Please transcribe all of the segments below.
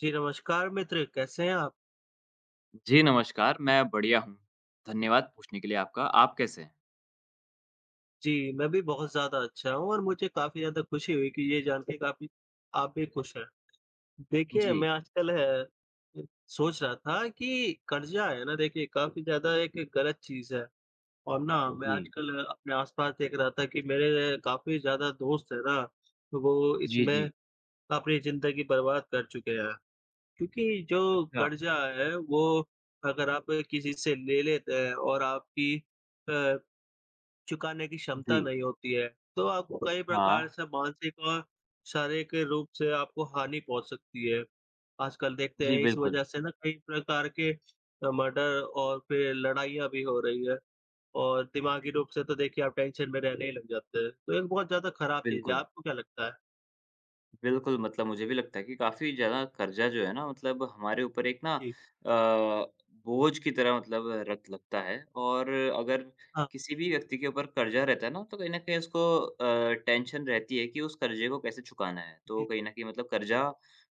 जी, नमस्कार मित्र, कैसे हैं आप? जी, नमस्कार, मैं बढ़िया हूँ। धन्यवाद पूछने के लिए आपका। आप कैसे हैं? जी, मैं भी बहुत ज़्यादा अच्छा हूँ और मुझे काफ़ी ज़्यादा खुशी हुई कि ये जान के काफ़ी आप भी खुश हैं। देखिए, जी, मैं आजकल सोच रहा था कि कर्ज़ा है ना, देखिए काफ़ी ज़्यादा एक गलत चीज़ है और ना मैं जी। आजकल अपने आस-पास देख रहा था कि मेरे काफ़ी ज़्यादा दोस्त हैं ना, वो जी, इसमें जी। अपनी ज़िंदगी बर्बाद कर चुके हैं। क्योंकि जो अच्छा, कर्ज़ा है, वो अगर आप किसी से ले लेते हैं और आपकी अ, चुकाने की जी। क्षमता नहीं होती है, तो आपको कई प्रकार हाँ। से मानसिक और शारीरिक रूप से आपको हानि पहुँच सकती है। आजकल देखते जी, हैं इस बिल्कुल। वजह से ना कई प्रकार के मर्डर और फिर लड़ाइयाँ भी हो रही है और दिमागी जी। रूप से तो देखिए आप टेंशन में रहने ही लग जाते हैं, तो एक बहुत ज़्यादा खराब चीज़ है। बिल्कुल। आपको क्या लगता है? बिल्कुल, मतलब मुझे भी लगता है कि काफ़ी ज़्यादा कर्ज़ा जो है ना मतलब हमारे ऊपर एक ना जी, बोझ की तरह मतलब रख लगता है और अगर हाँ, किसी भी व्यक्ति के ऊपर कर्ज़ा रहता है ना, तो कहीं न कहीं उसको टेंशन रहती है कि उस कर्ज़े को कैसे चुकाना है। तो जी, कहीं न कहीं मतलब कर्ज़ा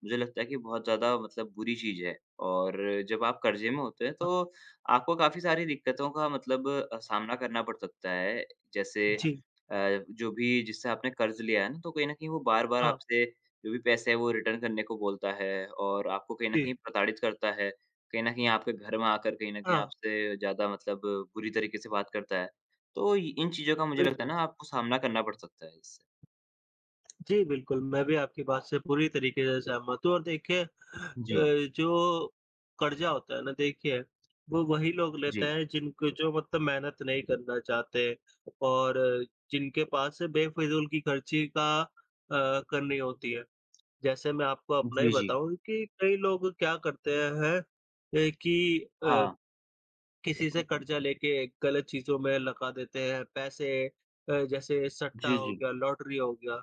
मुझे लगता है कि बहुत ज़्यादा मतलब बुरी चीज़ है और जब आप कर्ज़े में होते हैं, हाँ, तो आपको काफ़ी सारी दिक्कतों का मतलब सामना करना पड़ सकता है। जैसे जी, जो भी जिससे आपने कर्ज़ लिया है ना, तो कहीं न कहीं वो बार-बार हाँ, आपसे जो भी पैसे हैं वो रिटर्न करने को बोलता है और आपको कहीं न जी, कहीं प्रताड़ित करता है। कहीं न कहीं आपके घर में आकर कहीं न कहीं हाँ, आपसे ज़्यादा मतलब बुरी तरीके से बात करता है। तो इ इन चीज़ों का मुझे लगता है बिल्कुल। ना आपको सामना करना पड़ सकता है इससे। जी, बिल्कुल, मैं भी आपकी बात से पूरी तरीके से सहमत हूँ और देखिए जी, जो कर्ज़ा होता है ना देखिए, वो वही लोग लेते जी। हैं जिनको जो मतलब मेहनत नहीं करना चाहते और जिनके पास बेफ़िज़ूल की खर्ची का करनी होती है। जैसे मैं आपको अपना ही जी, जी। बताऊँ कि कई लोग क्या करते हैं कि अ हाँ। किसी से कर्जा लेके गलत चीज़ों में लगा देते हैं पैसे जैसे सट्टा जी, हो जी। गया, लॉटरी हो गया।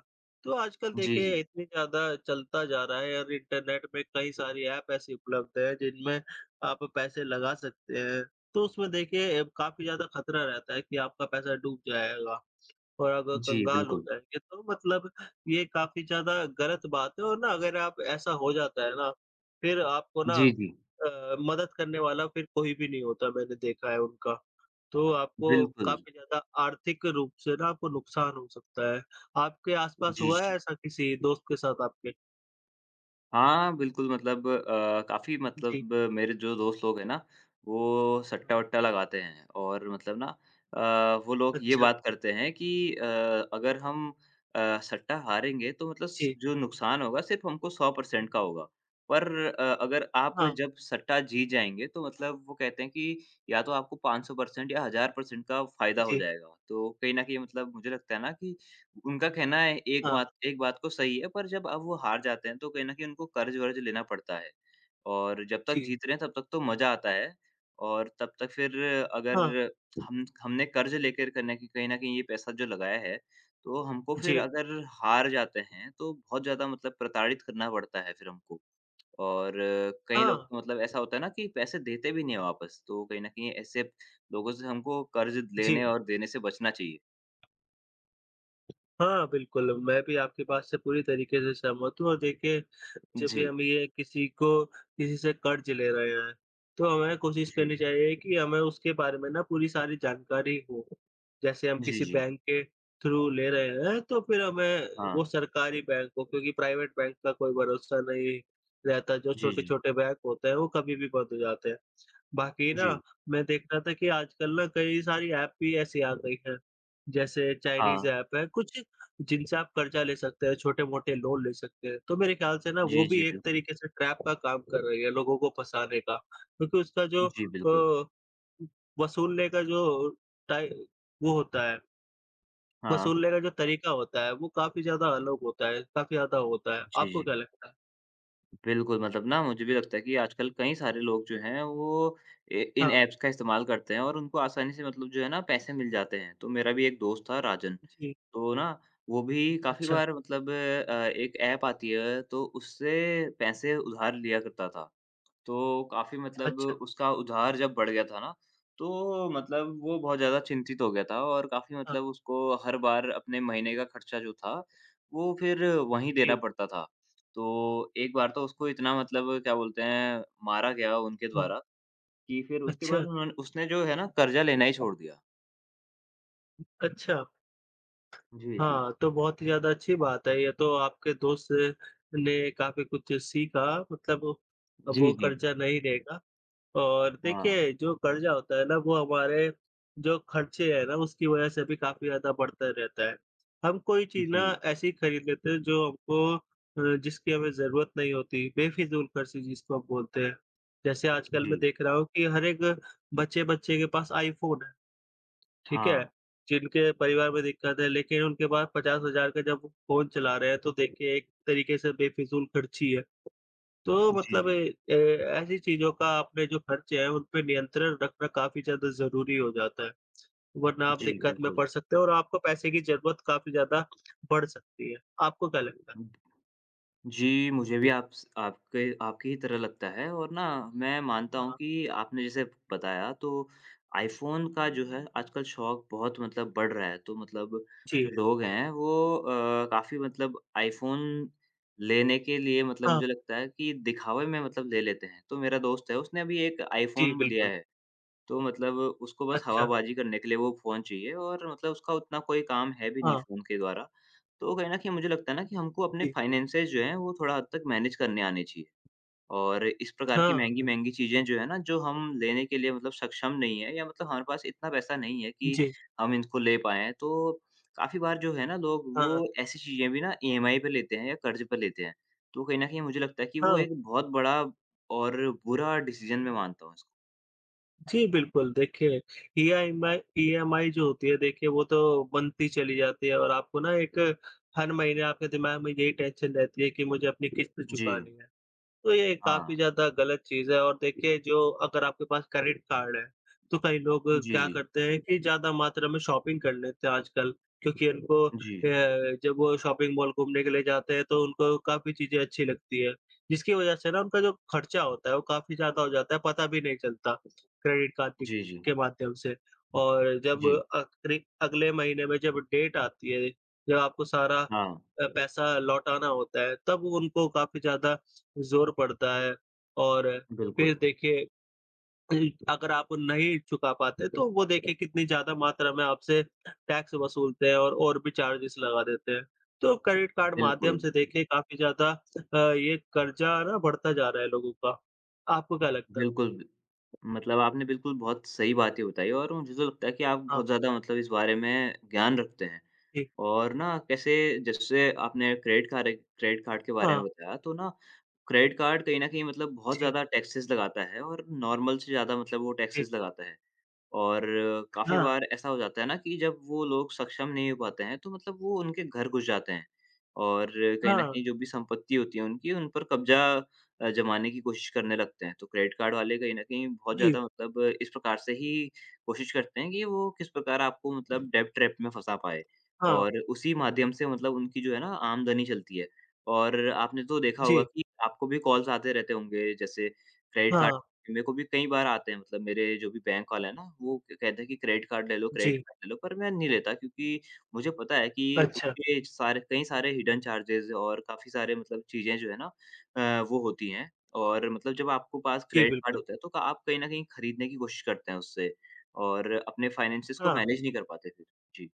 तो आजकल जी, देखिए जी। इतनी ज़्यादा चलता जा रहा है और इंटरनेट में कई सारी ऐप ऐसी उपलब्ध है जिनमें आप पैसे लगा सकते हैं। तो उसमें देखिए काफ़ी ज़्यादा खतरा रहता है कि आपका पैसा डूब जाएगा। और अगर जी, कंगाल हो बिल्कुल। जाएँगे तो मतलब ये काफ़ी ज़्यादा गलत बात है और ना अगर आप ऐसा हो जाता है ना, फिर आपको ना जी, जी। मदद करने वाला फिर कोई भी नहीं होता मैंने देखा है उनका। तो आपको बिल्कुल। काफ़ी ज़्यादा आर्थिक रूप से ना आपको नुकसान हो सकता है। आपके आस-पास जी, हुआ है जी। ऐसा किसी दोस्त के साथ आपके? हाँ, बिल्कुल मतलब काफ़ी जी। मतलब मेरे जो दोस्त लोग हैं ना, वो हाँ। सट्टा-वट्टा लगाते हैं और मतलब ना वो लोग ये अच्छा। बात करते हैं कि अ, अगर हम सट्टा हारेंगे तो मतलब स जी। जो नुकसान होगा सिर्फ़ हमको 100% का होगा। पर अगर आप हाँ। जब सट्टा जीत जाएँगे तो मतलब वो कहते हैं कि या तो आपको 500% या 1000% का फ़ायदा हो जी। जाएगा। तो कहीं न कहीं मतलब मुझे लगता है ना कि उनका कहना है एक हाँ। बात एक बात को सही है, पर जब अब वो हार जाते हैं, तो कहीं न कहीं उनको कर्ज़-वर्ज़ लेना पड़ता है। और जब तक जी। जीत रहे हैं, तब तक तो मज़ा आता है और तब तक फिर अगर हाँ। हम हमने कर्ज़ लेकर करने की कहीं न कहीं ये पैसा जो लगाया है, तो हमको फिर जी। अगर हार जाते हैं, तो बहुत ज़्यादा मतलब प्रताड़ित करना पड़ता है फिर हमको। और कई हाँ। लोग तो मतलब ऐसा होता है ना कि पैसे देते भी नहीं हैं वापस, तो कहीं न कहीं ऐसे लोगों से हमको कर्ज़ जी। लेने और देने से बचना चाहिए। हाँ, बिल्कुल, मैं भी आपकी बात से पूरी तरीके से सहमत हूँ और देखिए, जब भी जी। हम ये किसी को किसी से कर्ज़ ले रहे हैं, तो हमें कोशिश जी। करनी चाहिए कि हमें उसके बारे में ना पूरी सारी जानकारी हो। जैसे हम जी, किसी जी। बैंक के थ्रू ले रहे हैं, तो फिर हमें हाँ, वो सरकारी बैंक हो क्योंकि प्राइवेट बैंक का कोई भरोसा नहीं रहता, जो जी, जी। छोटे-छोटे बैंक होते हैं, वो कभी भी बंद हो जाते हैं। बाकी ना जी, मैं देख रहा था कि आजकल ना कई सारी ऐप भी ऐसी आ गई हैं, जैसे चाइनीज़ हाँ। ऐप है, कुछ जिनसे आप कर्जा ले सकते हैं, छोटे-मोटे लोन ले सकते हैं। तो मेरे ख़्याल से ना वो जी, भी जी, एक बिल्कुल। तरीके से ट्रैप का काम कर रही है लोगों को फँसाने का, क्योंकि उसका जो जी, बिल्कुल। वसूलने का जो टाइ वो होता है, हाँ, वसूलने का जो तरीका होता है, वो काफ़ी ज़्यादा अलग होता है, काफ़ी ज़्यादा होता है। जी, आपको जी। क्या लगता है? बिल्कुल, मतलब ना मुझे भी लगता है कि आजकल कई सारे लोग जो हैं वो ए इन हाँ, ऐप्स का इस्तेमाल करते हैं और उनको आसानी से मतलब जो है ना पैसे मिल जाते हैं। तो मेरा भी एक दोस्त था राजन, जी। तो ना वो भी काफ़ी अच्छा, बार मतलब एक ऐप आती है तो उससे पैसे उधार लिया करता था। तो काफ़ी मतलब अच्छा। उसका उधार जब बढ़ गया था ना, तो मतलब वो बहुत ज़्यादा चिंतित हो गया था और काफ़ी हाँ, मतलब उसको हर बार अपने महीने का खर्चा जो था, वो फिर वहीं देना जी। पड़ता था। तो एक बार तो उसको इतना मतलब क्या बोलते हैं, मारा गया उनके हाँ, द्वारा कि फिर उसके अच्छा। बाद उन्होंने उसने जो है ना कर्जा लेना ही छोड़ दिया। अच्छा, जी, जी। हाँ, तो बहुत ही ज़्यादा अच्छी बात है ये तो आपके दोस्त ने काफ़ी कुछ सीखा मतलब अब जी, वो जी। कर्ज़ा नहीं लेगा और हाँ। देखिए जो कर्ज़ा होता है ना वो हमारे जो खर्चे हैं ना उसकी वज़ह से भी काफ़ी ज़्यादा बढ़ता रहता है। हम कोई चीज़ ना जी, ऐसी खरीद लेते हैं जो हमको जिसकी हमें ज़रूरत नहीं होती, बेफ़िज़ूल खर्ची जिसको हम बोलते हैं। जैसे आजकल मैं जी। देख रहा हूँ कि हर एक बच्चे-बच्चे के पास आईफ़ोन है। ठीक है? हाँ। जिनके परिवार में दिक्कत है लेकिन उनके पास 50,000 का जब फ़ोन चला रहे हैं तो देखिए एक तरीके से बेफ़िज़ूल खर्ची है। तो जी, मतलब ए, जी। ए- ऐसी चीज़ों का आपने जो खर्चे हैं उन पे नियंत्रण रखना काफ़ी ज़्यादा ज़रूरी हो जाता है, वरना आप जी, दिक्कत में बिल्कुल। पड़ सकते हो और आपको पैसे की ज़रूरत काफ़ी ज़्यादा बढ़ सकती है। आपको क्या लगता है? जी, मुझे भी आप स आपके आपकी ही तरह लगता है और ना मैं मानता हूँ हाँ, कि आपने जैसे बताया तो आईफ़ोन का जो है आजकल शौक बहुत मतलब बढ़ रहा है। तो मतलब जी। जो लोग हैं वो काफ़ी मतलब आईफ़ोन लेने के लिए मतलब हाँ, मुझे लगता है कि दिखावे में मतलब ले लेते हैं। तो मेरा दोस्त है उसने अभी एक जी आईफ़ोन लिया बिल्कुल। है। तो मतलब उसको बस अच्छा, हवाबाज़ी करने के लिए वो फ़ोन चाहिए और मतलब उसका उतना कोई काम है भी नहीं हाँ, फ़ोन के द्वारा। तो कहीं न कहीं मुझे लगता है ना कि हमको अपने जी। फाइनेंसेस जो हैं, वो थोड़ा हद तक मैनेज करने आने चाहिए। और इस प्रकार की हाँ, बिल- महँगी-महँगी चीज़ें जो है ना, जो हम लेने के लिए मतलब सक्षम नहीं है या मतलब हमारे पास इतना पैसा नहीं है कि जी। हम इनको ले पाएँ। तो काफ़ी बार जो है ना लोग हाँ, वो ऐसी चीज़ें भी ना ईएमआई पे लेते हैं या कर्ज़ पर लेते हैं। तो कहीं न कहीं मुझे लगता है कि वो हाँ। एक बहुत बड़ा और बुरा डिसीज़न मैं मानता हूँ इसको। जी, बिल्कुल। देखिए, ईआईएमआई ईएमआई जो होती है, देखिए वो तो बनती चली जाती है और आपको ना एक हर महीने आपके दिमाग में यही टेंशन रहती है कि मुझे अपनी किस्त जी। चुकानी है। तो ये काफ़ी हाँ। ज़्यादा गलत चीज़ है और देखिए जो अगर आपके पास क्रेडिट कार्ड है, तो कई लोग जी, क्या जी। करते हैं कि ज़्यादा मात्रा में शॉपिंग कर लेते हैं आजकल क्योंकि उनको जी। जब वो शॉपिंग मॉल घूमने के लिए जाते हैं तो उनको काफ़ी चीज़ें अच्छी लगती है, जिसकी वज़ह से ना उनका जो खर्चा होता है वो काफ़ी ज़्यादा हो जाता है, पता भी नहीं चलता क्रेडिट कार्ड के जी, जी। के माध्यम से। और जब जी। अक्रि अगले महीने में जब डेट आती है, जब आपको सारा हाँ, पैसा लौटाना होता है, तब उनको काफ़ी ज़्यादा ज़ोर पड़ता है और फिर बिल्कुल, देखिए अगर आप नहीं चुका पाते तो वो देखिए कितनी ज़्यादा मात्रा में आपसे टैक्स वसूलते हैं और भी चार्जेस लगा देते हैं। तो क्रेडिट कार्ड माध्यम बिल्कुल, से देखिए काफ़ी ज़्यादा ये कर्जा ना बढ़ता जा रहा है लोगों का। आपको क्या लगता है? बिल्कुल। मतलब आपने बिल्कुल बहुत सही बातें बताई और मुझे तो लगता है कि आप हाँ, बहुत ज़्यादा मतलब इस बारे में ज्ञान रखते हैं। जी। और ना कैसे जैसे आपने क्रेडिट कार्ड के बारे हाँ, में बताया तो ना क्रेडिट कार्ड कहीं न कहीं मतलब बहुत जी, ज़्यादा टैक्सेस लगाता है और नॉर्मल से ज़्यादा मतलब वो जी। टैक्सेस लगाता है। और काफ़ी हाँ, बार ऐसा हो जाता है ना कि जब वो लोग सक्षम नहीं हो पाते हैं, तो मतलब वो उनके घर घुस जाते हैं और कहीं न हाँ, कहीं जो भी संपत्ति होती है उनकी, उन पर कब्ज़ा जमाने की कोशिश करने लगते हैं। तो क्रेडिट कार्ड वाले कहीं न कहीं बहुत जी, ज़्यादा मतलब इस प्रकार से ही कोशिश करते हैं कि वो किस प्रकार आपको मतलब डेब्ट ट्रैप में फँसा पाएँ हाँ, और उसी माध्यम से मतलब उनकी जो है ना आमदनी चलती है। और आपने तो देखा होगा जी, कि आपको भी कॉल्स आते रहते होंगे जैसे क्रेडिट कार्ड हाँ, मेरे को भी कई बार आते हैं मतलब मेरे जो भी बैंक वाले हैं ना, वो कहते हैं कि क्रेडिट कार्ड ले लो, क्रेडिट जी। कार्ड ले लो, पर मैं नहीं लेता क्योंकि मुझे पता है कि अच्छा, उसके सारे कई सारे हिडन चार्जेज़ और काफ़ी सारे मतलब चीज़ें जो है ना वो होती हैं और मतलब जब आपको पास जी क्रेडिट कार्ड बिल्कुल। होता है तो आप कहीं न कहीं खरीदने की कोशिश करते हैं उससे और अपने फाइनेंसेस को हाँ। मैनेज नहीं कर पाते फिर। जी।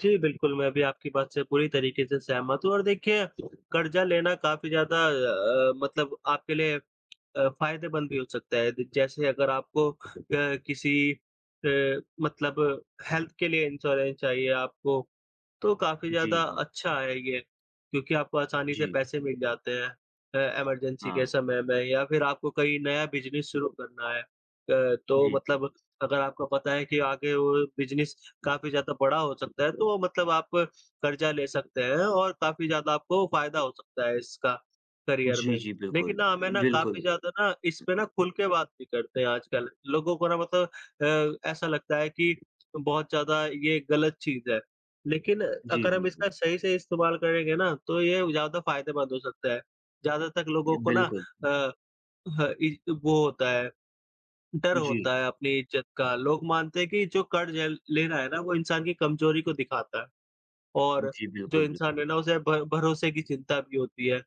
जी, बिल्कुल, मैं भी आपकी बात से पूरी तरीके से सहमत हूँ और देखिए कर्ज़ा लेना काफ़ी ज़्यादा मतलब आपके लिए फ़ायदेमंद भी हो सकता है। जैसे अगर आपको किसी अ, मतलब हेल्थ के लिए इंश्योरेंस चाहिए, आपको तो काफ़ी जी, ज़्यादा जी। अच्छा है ये, क्योंकि आपको आसानी जी। से पैसे मिल जाते हैं इमरजेंसी के हाँ। समय में या फिर आपको कोई नया बिज़नेस शुरू करना है। तो जी, जी। मतलब अगर आपको पता है कि आगे वो बिज़नेस काफ़ी ज़्यादा बड़ा हो सकता है, तो वो मतलब आप कर्ज़ा ले सकते हैं और काफ़ी ज़्यादा आपको फ़ायदा हो सकता है इसका करियर जी, में। जी, लेकिन बिल्कुल। ना हमें ना काफ़ी बिल्कुल। ज़्यादा ना इस पे ना खुल के बात नहीं करते हैं आजकल। लोगों को ना मतलब ऐसा लगता है कि बहुत ज़्यादा ये गलत चीज़ है। लेकिन जी, अगर हम बिल्कुल। इसका सही से इस्तेमाल करेंगे ना, तो ये ज़्यादा फ़ायदेमंद हो सकता है। ज़्यादा तक लोगों को ना बिल्कुल। अ, ह इ वो होता है, डर जी। होता है अपनी इज़्ज़त का। लोग मानते हैं कि जो कर्ज़ है ले रहा है ना, वो इंसान की कमज़ोरी को दिखाता है और जी, जो बिल्कुल, इंसान बिल्कुल। है ना, उसे भ भरोसे की चिंता भी होती है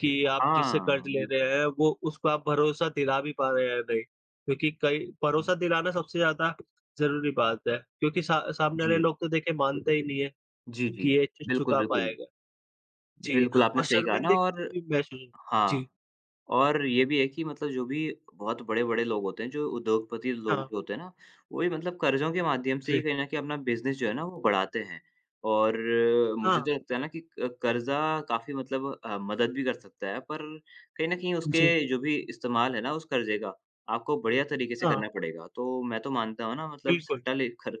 कि आप जिससे हाँ, कर्ज़ ले बिल्कुल। रहे हैं, वो उसको आप भरोसा दिला भी पा रहे हैं या नहीं। क्योंकि कई भरोसा दिलाना सबसे ज़्यादा ज़रूरी बात है, क्योंकि सा सामने वाले जी, लोग तो देखिए मानते ही नहीं है। जी, जी। कि ये चीज़ बिल्कुल, चुका बिल्कुल। पाएगा। जी, बिल्कुल, और आपने सही कहा ना और शर्मिंदगी भी महसूस हो- जी, हाँ। और ये भी है कि मतलब जो भी बहुत बड़े-बड़े लोग होते हैं, जो उद्योगपति लोग हाँ, जो होते हैं ना, वो भी मतलब कर्ज़ों के माध्यम से ही जी, कहीं न कहीं अपना बिज़नेस जो है ना वो बढ़ाते हैं। और मुझे हाँ, तो लगता है ना कि क कर्ज़ा काफ़ी मतलब मदद भी कर सकता है, पर कहीं न कहीं जी, उसके जो भी इस्तेमाल है ना उस कर्ज़े का, आपको बढ़िया तरीके से हाँ, करना पड़ेगा। तो मैं तो मानता हूँ ना मतलब बिल्कुल, सट्टा ले खर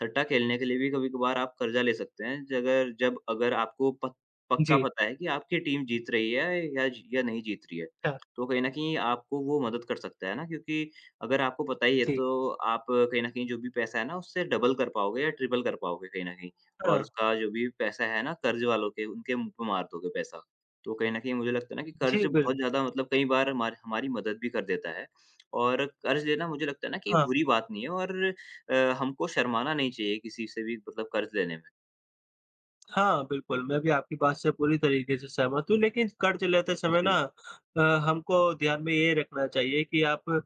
सट्टा खेलने के लिए भी कभी-कभार आप कर्ज़ा ले सकते हैं, जगर जब अगर आपको प पक्का जी, पता है कि आपकी टीम जीत रही है या ज या नहीं जीत रही है। अच्छा, तो कहीं न कहीं आपको वो मदद कर सकता है ना, क्योंकि अगर आपको पता ही है जी, तो आप कहीं न कहीं जो भी पैसा है ना उससे डबल कर पाओगे या ट्रिपल कर पाओगे कहीं न कहीं और हाँ, उसका जो भी पैसा है ना कर्ज़ वालों के उनके मुँह पे मार दोगे पैसा। तो कहीं न कहीं मुझे लगता है ना कि जी, कर्ज़ बिल्कुल, बहुत ज़्यादा मतलब कई बार हमारी मदद भी कर देता है और कर्ज़ लेना मुझे लगता है ना कि हाँ, बुरी बात नहीं है और हमको शर्माना नहीं चाहिए किसी से भी मतलब कर्ज़ लेने में। हाँ, बिल्कुल, मैं भी आपकी बात से पूरी तरीके से सहमत हूँ, लेकिन कर्ज़ लेते समय ना जी। अ, हमको ध्यान में ये रखना चाहिए कि आप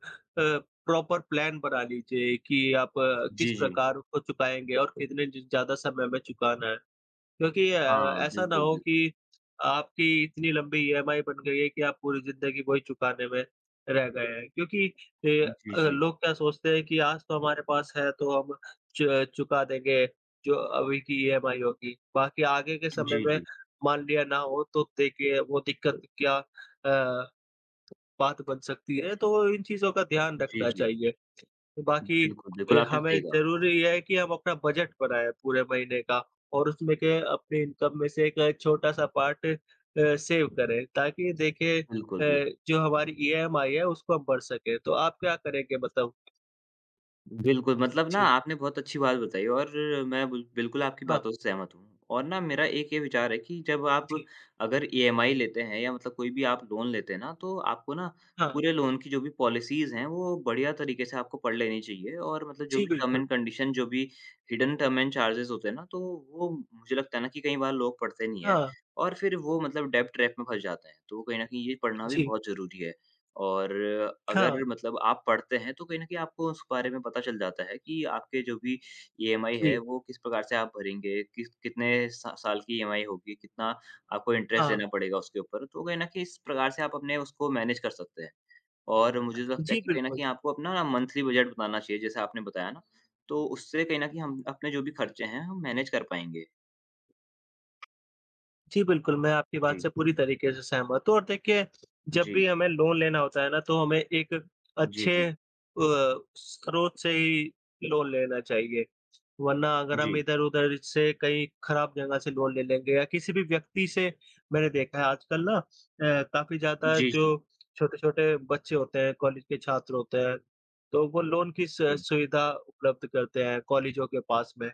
प्रॉपर प्लान बना लीजिए कि आप किस जी, जी। प्रकार उसको चुकाएँगे और कितने ज ज़्यादा समय में चुकाना है। क्योंकि हाँ, ऐसा ना बिल्कुल, हो बिल्कुल। कि आपकी इतनी लंबी ईएमआई बन गई है कि आप पूरी ज़िंदगी वही चुकाने में रह गए हैं। क्योंकि जी, जी। लोग क्या सोचते हैं कि आज तो हमारे पास है तो हम च चुका देंगे जो अभी की ईएमआई होगी। बाकी आगे के समय जी, में जी। मान लिया ना हो तो देखिए वो दिक्कत क्या बात बन सकती है। तो इन चीज़ों का ध्यान जी, रखना जी। चाहिए। तो बाकी बिल्कुल, बिल्कुल, आपने हमें सही कहा। ज़रूरी ये है कि हम अपना बजट बनाएँ पूरे महीने का और उसमें के अपनी इनकम में से एक छोटा-सा पार्ट सेव करें ताकि देखिए बिल्कुल, बिल्कुल। जो हमारी ईएमआई है उसको हम भर सकें। तो आप क्या करेंगे बताओ? बिल्कुल, मतलब ना जी, आपने बहुत अच्छी बात बताई और मैं बिल बिल्कुल आपकी हाँ, बातों से सहमत हूँ। और ना मेरा एक ये विचार है कि जब आप जी, अगर ईएमआई लेते हैं या मतलब कोई भी आप लोन लेते हैं ना, तो आपको ना हाँ, पूरे लोन की जो भी पॉलिसीज़ हैं, वो बढ़िया तरीके से आपको पढ़ लेनी चाहिए और मतलब जो जी भी टर्म बिल्कुल, एंड कंडीशन, जो भी हिडन टर्म एंड चार्जेज़ होते हैं ना, तो वो मुझे लगता है ना कि कई बार लोग पढ़ते नहीं हैं हाँ, और फिर वो मतलब डेब्ट ट्रैप में फँस जाते हैं। तो कहीं न कहीं ये पढ़ना भी जी, बहुत ज़रूरी है। और हाँ, अगर मतलब आप पढ़ते हैं तो कहीं न कहीं आपको उस बारे में पता चल जाता है कि आपके जो भी ईएमआई है जी, वो किस प्रकार से आप भरेंगे, किस कितने सा साल की ईएमआई होगी, कितना आपको इंटरेस्ट देना हाँ, पड़ेगा उसके ऊपर। तो कहीं न कहीं इस प्रकार से आप अपने उसको मैनेज कर सकते हैं। और मुझे तो लगता है जी कि कहीं न बिल्कुल। कहीं आपको अपना ना मंथली बजट बनाना चाहिए जैसे आपने बताया ना, तो उससे कहीं न कहीं हम अपने जो भी खर्चे हैं हम मैनेज कर पाएँगे। जी, बिल्कुल, मैं आपकी बात जी, से पूरी तरीके से सहमत हूँ और देखिए, जब जी, भी हमें लोन लेना होता है ना, तो हमें एक जी, अच्छे जी, स्रोत से ही लोन लेना चाहिए। वरना अगर हम जी, इधर-उधर से कहीं खराब जगह से लोन ले लेंगे या किसी भी व्यक्ति से मैंने देखा है आजकल ना काफ़ी ज़्यादा जी, जी, जी, जो छोटे-छोटे बच्चे होते हैं, कॉलेज के छात्र होते हैं, तो वो लोन की स जी, सुविधा उपलब्ध करते हैं कॉलेजों के पास में।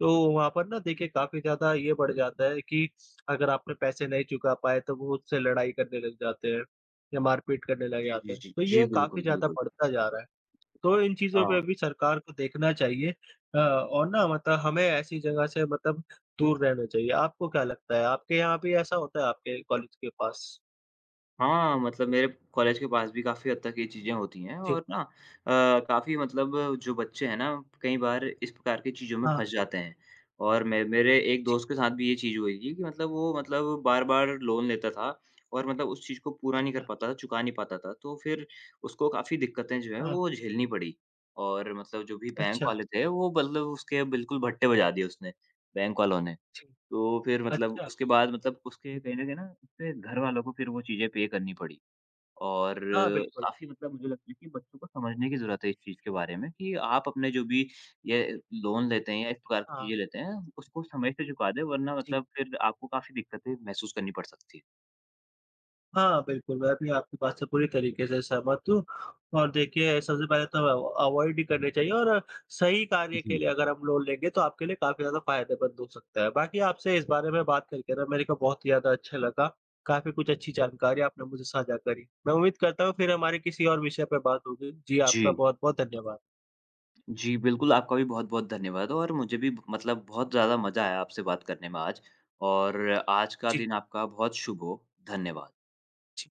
तो वहाँ पर ना देखिए काफ़ी ज़्यादा ये बढ़ जाता है कि अगर आपने पैसे नहीं चुका पाए तो वो उससे लड़ाई करने लग जाते हैं या मारपीट करने लग जी, जाते जी, हैं। जी, तो जी, ये काफ़ी बिल्कुल, ज़्यादा बिल्कुल। बढ़ता जा रहा है। तो इन चीज़ों पे हाँ। भी सरकार को देखना चाहिए और ना मतलब हमें ऐसी जगह से मतलब दूर रहना चाहिए। आपको क्या लगता है? आपके यहाँ भी ऐसा होता है आपके कॉलेज के पास? हाँ, मतलब मेरे कॉलेज के पास भी काफ़ी हद तक ये चीज़ें होती हैं जी, और ना काफ़ी मतलब जो बच्चे हैं ना, कई बार इस प्रकार की चीज़ों में हाँ, फँस जाते हैं। और मैं मेरे एक जी, दोस्त के साथ भी ये चीज़ हुई थी कि मतलब वो मतलब बार-बार लोन लेता था और मतलब उस चीज़ को पूरा नहीं कर अच्छा, पाता था, चुका नहीं पाता था। तो फिर उसको काफ़ी दिक्कतें जो हैं हाँ, वो झेलनी पड़ी और मतलब जो भी बैंक अच्छा, वाले थे, वो मतलब उसके बिल्कुल भट्टे बजा दिए उसने, बैंक वालों ने। जी, तो फिर मतलब अच्छा, उसके बाद मतलब उसके कहीं न कहीं ना उसके घरवालों को फिर वो चीज़ें पे करनी पड़ी और हाँ, बिल्कुल, काफ़ी मतलब मुझे लगता है कि बच्चों को समझने की ज़रूरत है इस चीज़ के बारे में कि आप अपने जो भी ये लोन लेते हैं या इस प्रकार की हाँ, चीज़ें लेते हैं, उसको समय से चुका दें वरना जी। मतलब फिर आपको काफ़ी दिक्कतें महसूस करनी पड़ सकती है। हाँ, बिल्कुल, मैं भी आपकी बात से पूरी तरीके से सहमत हूँ और देखिए सबसे पहले तो अव अवॉइड ही करनी चाहिए और सही कार्य के जी। लिए अगर हम लोन लेंगे तो आपके लिए काफ़ी ज़्यादा फ़ायदेमंद हो सकता है। बाकी आपसे इस बारे में बात करके ना मेरे को बहुत ही ज़्यादा अच्छा लगा, काफ़ी कुछ अच्छी जानकारी आपने मुझे साझा करी। मैं उम्मीद करता हूँ फिर हमारी किसी और विषय पे बात होगी। जी, जी। आपका बहुत-बहुत धन्यवाद। जी, बिल्कुल आपका भी बहुत-बहुत धन्यवाद और मुझे भी मतलब बहुत ज़्यादा मज़ा आया आपसे बात करने में आज और आज का जी, दिन आपका बहुत शुभ हो। धन्यवाद। जी।